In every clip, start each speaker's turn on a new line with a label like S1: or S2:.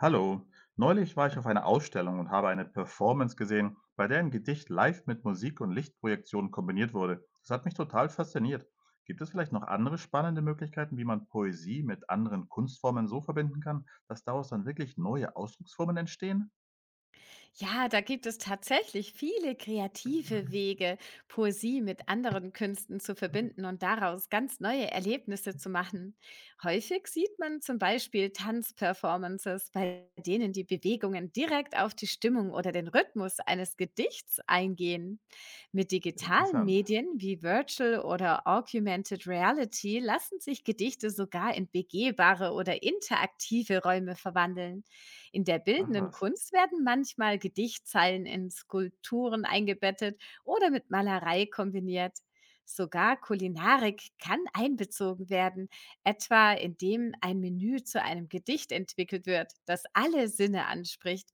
S1: Hallo, neulich war ich auf einer Ausstellung und habe eine Performance gesehen, bei der ein Gedicht live mit Musik und Lichtprojektionen kombiniert wurde. Das hat mich total fasziniert. Gibt es vielleicht noch andere spannende Möglichkeiten, wie man Poesie mit anderen Kunstformen so verbinden kann, dass daraus dann wirklich neue Ausdrucksformen entstehen?
S2: Ja, da gibt es tatsächlich viele kreative Wege, Poesie mit anderen Künsten zu verbinden und daraus ganz neue Erlebnisse zu machen. Häufig sieht man zum Beispiel Tanzperformances, bei denen die Bewegungen direkt auf die Stimmung oder den Rhythmus eines Gedichts eingehen. Mit digitalen
S1: Interessant.
S2: Medien wie Virtual oder Augmented Reality lassen sich Gedichte sogar in begehbare oder interaktive Räume verwandeln. In der
S1: Ach
S2: bildenden
S1: was,
S2: Kunst werden manchmal Gedichtzeilen in Skulpturen eingebettet oder mit Malerei kombiniert. Sogar Kulinarik kann einbezogen werden, etwa indem ein Menü zu einem Gedicht entwickelt wird, das alle Sinne anspricht.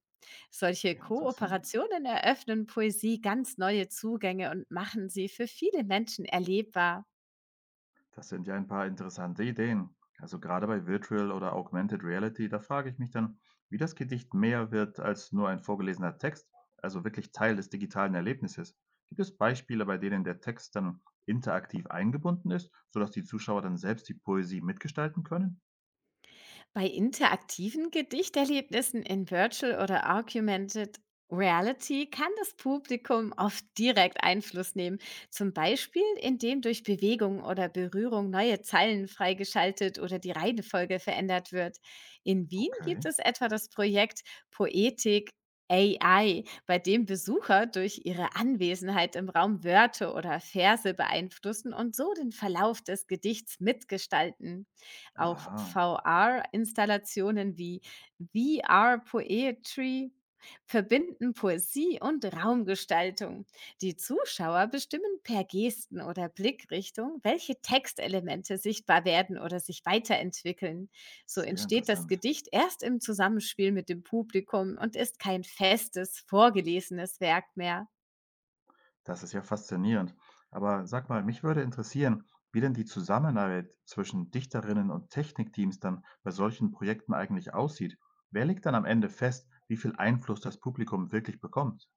S2: Solche
S1: interessant.
S2: Kooperationen eröffnen Poesie ganz neue Zugänge und machen sie für viele Menschen erlebbar.
S1: Das sind ja ein paar interessante Ideen. Also gerade bei Virtual oder Augmented Reality, da frage ich mich dann, wie das Gedicht mehr wird als nur ein vorgelesener Text, also wirklich Teil des digitalen Erlebnisses. Gibt es Beispiele, bei denen der Text dann interaktiv eingebunden ist, sodass die Zuschauer dann selbst die Poesie mitgestalten können?
S2: Bei interaktiven Gedichterlebnissen in Virtual oder Augmented Reality kann das Publikum oft direkt Einfluss nehmen, zum Beispiel indem durch Bewegung oder Berührung neue Zeilen freigeschaltet oder die Reihenfolge verändert wird. In Wien gibt
S1: Okay,
S2: es etwa das Projekt Poetik AI, bei dem Besucher durch ihre Anwesenheit im Raum Wörter oder Verse beeinflussen und so den Verlauf des Gedichts mitgestalten. Auch
S1: aha,
S2: VR-Installationen wie VR Poetry verbinden Poesie und Raumgestaltung. Die Zuschauer bestimmen per Gesten oder Blickrichtung, welche Textelemente sichtbar werden oder sich weiterentwickeln. So
S1: sehr
S2: entsteht das
S1: interessant.
S2: Gedicht erst im Zusammenspiel mit dem Publikum und ist kein festes, vorgelesenes Werk mehr.
S1: Das ist ja faszinierend. Aber sag mal, mich würde interessieren, wie denn die Zusammenarbeit zwischen Dichterinnen und Technikteams dann bei solchen Projekten eigentlich aussieht. Wer legt dann am Ende fest, wie viel Einfluss das Publikum wirklich bekommt?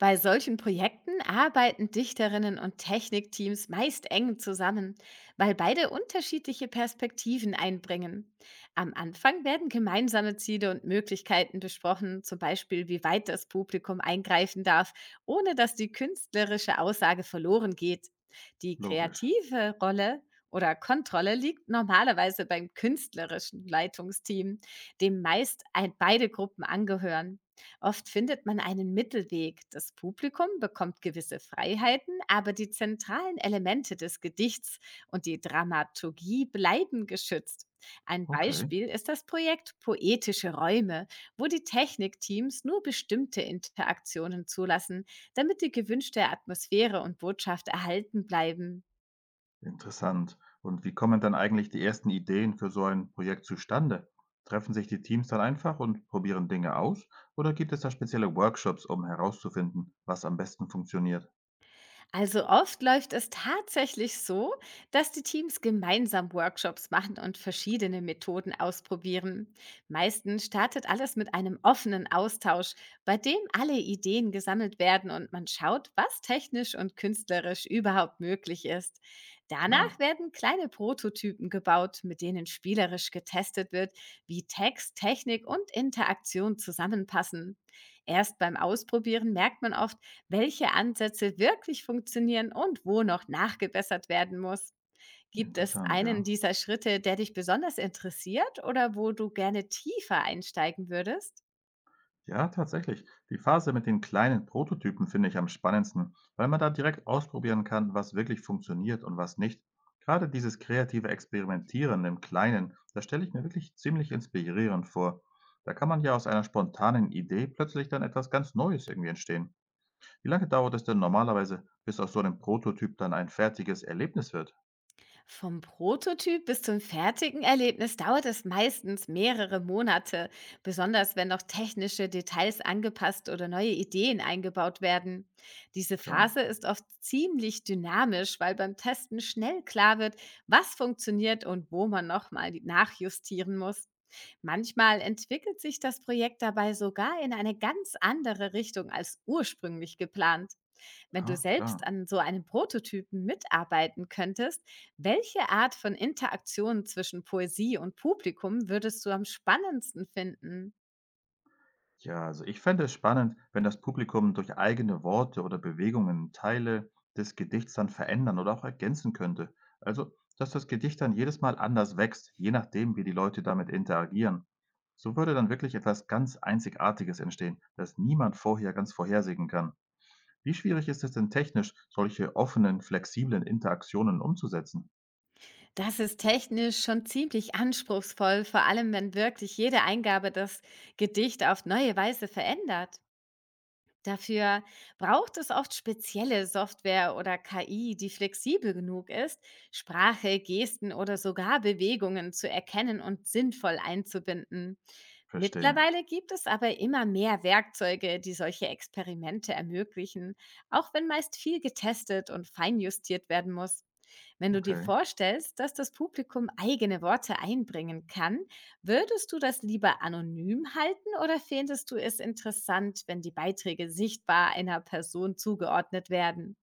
S2: Bei solchen Projekten arbeiten Dichterinnen und Technikteams meist eng zusammen, weil beide unterschiedliche Perspektiven einbringen. Am Anfang werden gemeinsame Ziele und Möglichkeiten besprochen, zum Beispiel wie weit das Publikum eingreifen darf, ohne dass die künstlerische Aussage verloren geht. Die
S1: Logisch.
S2: kreative Rolle oder Kontrolle liegt normalerweise beim künstlerischen Leitungsteam, dem meist ein, beide Gruppen angehören. Oft findet man einen Mittelweg. Das Publikum bekommt gewisse Freiheiten, aber die zentralen Elemente des Gedichts und die Dramaturgie bleiben geschützt. Ein
S1: Okay,
S2: Beispiel ist das Projekt Poetische Räume, wo die Technikteams nur bestimmte Interaktionen zulassen, damit die gewünschte Atmosphäre und Botschaft erhalten bleiben.
S1: interessant. Und wie kommen dann eigentlich die ersten Ideen für so ein Projekt zustande? Treffen sich die Teams dann einfach und probieren Dinge aus? Oder gibt es da spezielle Workshops, um herauszufinden, was am besten funktioniert?
S2: Also oft läuft es tatsächlich so, dass die Teams gemeinsam Workshops machen und verschiedene Methoden ausprobieren. Meistens startet alles mit einem offenen Austausch, bei dem alle Ideen gesammelt werden und man schaut, was technisch und künstlerisch überhaupt möglich ist. Danach
S1: Klar,
S2: werden kleine Prototypen gebaut, mit denen spielerisch getestet wird, wie Text, Technik und Interaktion zusammenpassen. Erst beim Ausprobieren merkt man oft, welche Ansätze wirklich funktionieren und wo noch nachgebessert werden muss. Gibt es
S1: interessant, ja.
S2: einen dieser Schritte, der dich besonders interessiert oder wo du gerne tiefer einsteigen würdest?
S1: Ja, tatsächlich. Die Phase mit den kleinen Prototypen finde ich am spannendsten, weil man da direkt ausprobieren kann, was wirklich funktioniert und was nicht. Gerade dieses kreative Experimentieren im Kleinen, das stelle ich mir wirklich ziemlich inspirierend vor. Da kann man ja aus einer spontanen Idee plötzlich dann etwas ganz Neues irgendwie entstehen. Wie lange dauert es denn normalerweise, bis aus so einem Prototyp dann ein fertiges Erlebnis wird?
S2: Vom Prototyp bis zum fertigen Erlebnis dauert es meistens mehrere Monate, besonders wenn noch technische Details angepasst oder neue Ideen eingebaut werden. Diese
S1: Klar.
S2: Phase ist oft ziemlich dynamisch, weil beim Testen schnell klar wird, was funktioniert und wo man nochmal nachjustieren muss. Manchmal entwickelt sich das Projekt dabei sogar in eine ganz andere Richtung als ursprünglich geplant. Wenn du
S1: Ah,
S2: selbst
S1: klar.
S2: an so einem Prototypen mitarbeiten könntest, welche Art von Interaktion zwischen Poesie und Publikum würdest du am spannendsten finden?
S1: Ja, also ich fände es spannend, wenn das Publikum durch eigene Worte oder Bewegungen Teile des Gedichts dann verändern oder auch ergänzen könnte. Also, dass das Gedicht dann jedes Mal anders wächst, je nachdem, wie die Leute damit interagieren. So würde dann wirklich etwas ganz Einzigartiges entstehen, das niemand vorher ganz vorhersehen kann. Wie schwierig ist es denn technisch, solche offenen, flexiblen Interaktionen umzusetzen?
S2: Das ist technisch schon ziemlich anspruchsvoll, vor allem wenn wirklich jede Eingabe das Gedicht auf neue Weise verändert. Dafür braucht es oft spezielle Software oder KI, die flexibel genug ist, Sprache, Gesten oder sogar Bewegungen zu erkennen und sinnvoll einzubinden.
S1: Verstehe.
S2: Mittlerweile gibt es aber immer mehr Werkzeuge, die solche Experimente ermöglichen, auch wenn meist viel getestet und feinjustiert werden muss. Wenn du dir
S1: Okay.
S2: vorstellst, dass das Publikum eigene Worte einbringen kann, würdest du das lieber anonym halten oder fändest du es interessant, wenn die Beiträge sichtbar einer Person zugeordnet werden?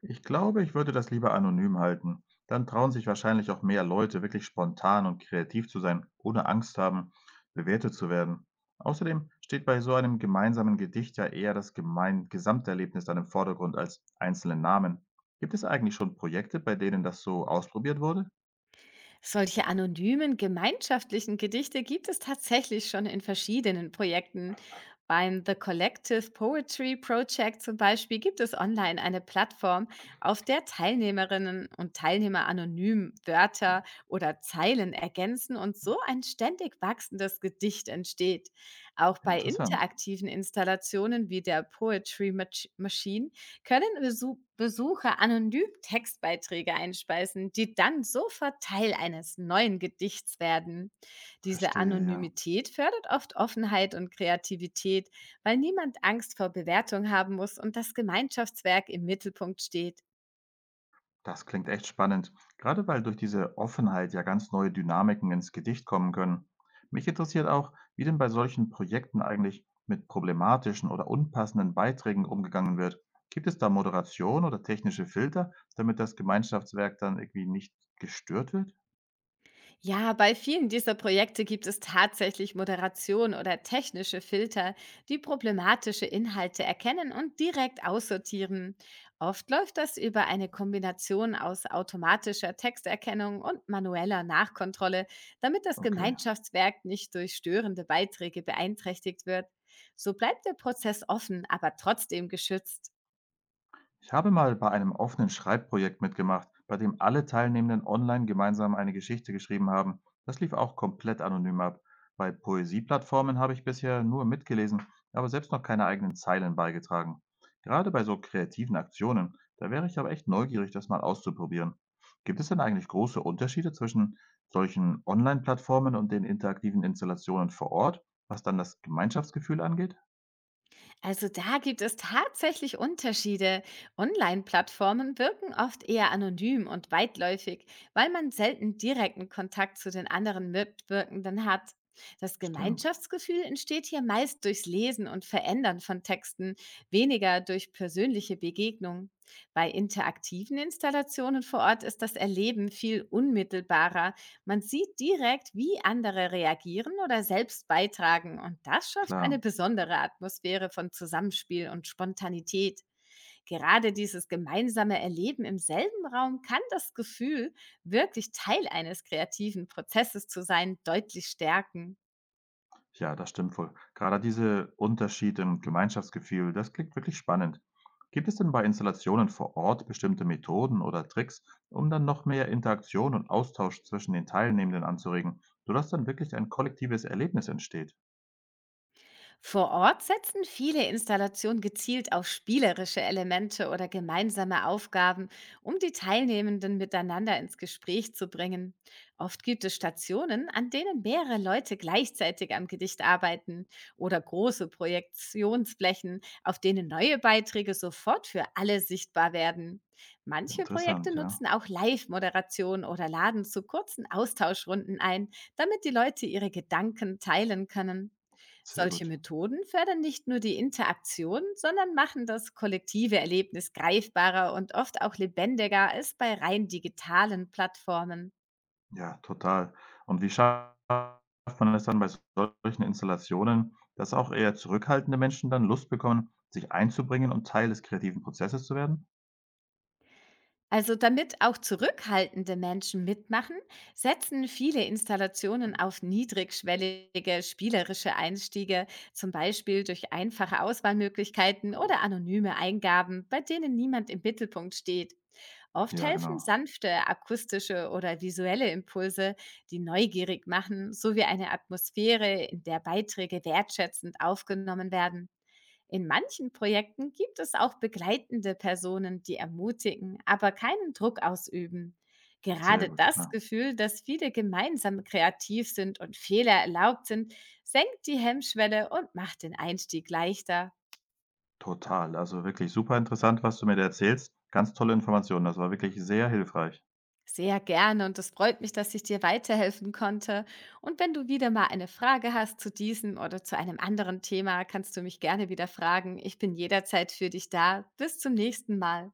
S1: Ich glaube, ich würde das lieber anonym halten. Dann trauen sich wahrscheinlich auch mehr Leute, wirklich spontan und kreativ zu sein, ohne Angst haben, bewertet zu werden. Außerdem steht bei so einem gemeinsamen Gedicht ja eher das gemein Gesamterlebnis dann im Vordergrund als einzelne Namen. Gibt es eigentlich schon Projekte, bei denen das so ausprobiert wurde?
S2: Solche anonymen gemeinschaftlichen Gedichte gibt es tatsächlich schon in verschiedenen Projekten. Beim The Collective Poetry Project zum Beispiel gibt es online eine Plattform, auf der Teilnehmerinnen und Teilnehmer anonym Wörter oder Zeilen ergänzen und so ein ständig wachsendes Gedicht entsteht. Auch bei
S1: Interessant.
S2: interaktiven Installationen wie der Machine können Besucher anonym Textbeiträge einspeisen, die dann sofort Teil eines neuen Gedichts werden. Diese
S1: Verstehe, ja.
S2: Anonymität fördert oft Offenheit und Kreativität, weil niemand Angst vor Bewertung haben muss und das Gemeinschaftswerk im Mittelpunkt steht.
S1: Das klingt echt spannend, gerade weil durch diese Offenheit ja ganz neue Dynamiken ins Gedicht kommen können. Mich interessiert auch, wie denn bei solchen Projekten eigentlich mit problematischen oder unpassenden Beiträgen umgegangen wird. Gibt es da Moderation oder technische Filter, damit das Gemeinschaftswerk dann irgendwie nicht gestört wird?
S2: Ja, bei vielen dieser Projekte gibt es tatsächlich Moderation oder technische Filter, die problematische Inhalte erkennen und direkt aussortieren. Oft läuft das über eine Kombination aus automatischer Texterkennung und manueller Nachkontrolle, damit das
S1: Okay.
S2: Gemeinschaftswerk nicht durch störende Beiträge beeinträchtigt wird. So bleibt der Prozess offen, aber trotzdem geschützt.
S1: Ich habe mal bei einem offenen Schreibprojekt mitgemacht, bei dem alle Teilnehmenden online gemeinsam eine Geschichte geschrieben haben. Das lief auch komplett anonym ab. Bei Poesieplattformen habe ich bisher nur mitgelesen, aber selbst noch keine eigenen Zeilen beigetragen. Gerade bei so kreativen Aktionen, da wäre ich aber echt neugierig, das mal auszuprobieren. Gibt es denn eigentlich große Unterschiede zwischen solchen Online-Plattformen und den interaktiven Installationen vor Ort, was dann das Gemeinschaftsgefühl angeht?
S2: Also da gibt es tatsächlich Unterschiede. Online-Plattformen wirken oft eher anonym und weitläufig, weil man selten direkten Kontakt zu den anderen Mitwirkenden hat. Das
S1: Stimmt,
S2: Gemeinschaftsgefühl entsteht hier meist durchs Lesen und Verändern von Texten, weniger durch persönliche Begegnung. Bei interaktiven Installationen vor Ort ist das Erleben viel unmittelbarer, man sieht direkt, wie andere reagieren oder selbst beitragen und das schafft eine
S1: klar.
S2: besondere Atmosphäre von Zusammenspiel und Spontanität. Gerade dieses gemeinsame Erleben im selben Raum kann das Gefühl, wirklich Teil eines kreativen Prozesses zu sein, deutlich stärken.
S1: Ja, das stimmt wohl. Gerade diese Unterschiede im Gemeinschaftsgefühl, das klingt wirklich spannend. Gibt es denn bei Installationen vor Ort bestimmte Methoden oder Tricks, um dann noch mehr Interaktion und Austausch zwischen den Teilnehmenden anzuregen, sodass dann wirklich ein kollektives Erlebnis entsteht?
S2: Vor Ort setzen viele Installationen gezielt auf spielerische Elemente oder gemeinsame Aufgaben, um die Teilnehmenden miteinander ins Gespräch zu bringen. Oft gibt es Stationen, an denen mehrere Leute gleichzeitig am Gedicht arbeiten oder große Projektionsflächen, auf denen neue Beiträge sofort für alle sichtbar werden. Manche Projekte
S1: Interessant, ja.
S2: nutzen auch Live-Moderation oder laden zu kurzen Austauschrunden ein, damit die Leute ihre Gedanken teilen können.
S1: Sehr
S2: Solche
S1: gut.
S2: Methoden fördern nicht nur die Interaktion, sondern machen das kollektive Erlebnis greifbarer und oft auch lebendiger als bei rein digitalen Plattformen.
S1: Ja, total. Und wie schafft man es dann bei solchen Installationen, dass auch eher zurückhaltende Menschen dann Lust bekommen, sich einzubringen und Teil des kreativen Prozesses zu werden?
S2: Also damit auch zurückhaltende Menschen mitmachen, setzen viele Installationen auf niedrigschwellige spielerische Einstiege, zum Beispiel durch einfache Auswahlmöglichkeiten oder anonyme Eingaben, bei denen niemand im Mittelpunkt steht. Oft
S1: Ja,
S2: helfen
S1: genau.
S2: sanfte akustische oder visuelle Impulse, die neugierig machen, sowie eine Atmosphäre, in der Beiträge wertschätzend aufgenommen werden. In manchen Projekten gibt es auch begleitende Personen, die ermutigen, aber keinen Druck ausüben.
S1: Sehr
S2: Gerade
S1: gut,
S2: das
S1: klar.
S2: Gefühl, dass viele gemeinsam kreativ sind und Fehler erlaubt sind, senkt die Hemmschwelle und macht den Einstieg leichter.
S1: Total. Also wirklich super interessant, was du mir da erzählst. Ganz tolle Informationen. Das war wirklich sehr hilfreich.
S2: Sehr gerne und es freut mich, dass ich dir weiterhelfen konnte. Und wenn du wieder mal eine Frage hast zu diesem oder zu einem anderen Thema, kannst du mich gerne wieder fragen. Ich bin jederzeit für dich da. Bis zum nächsten Mal.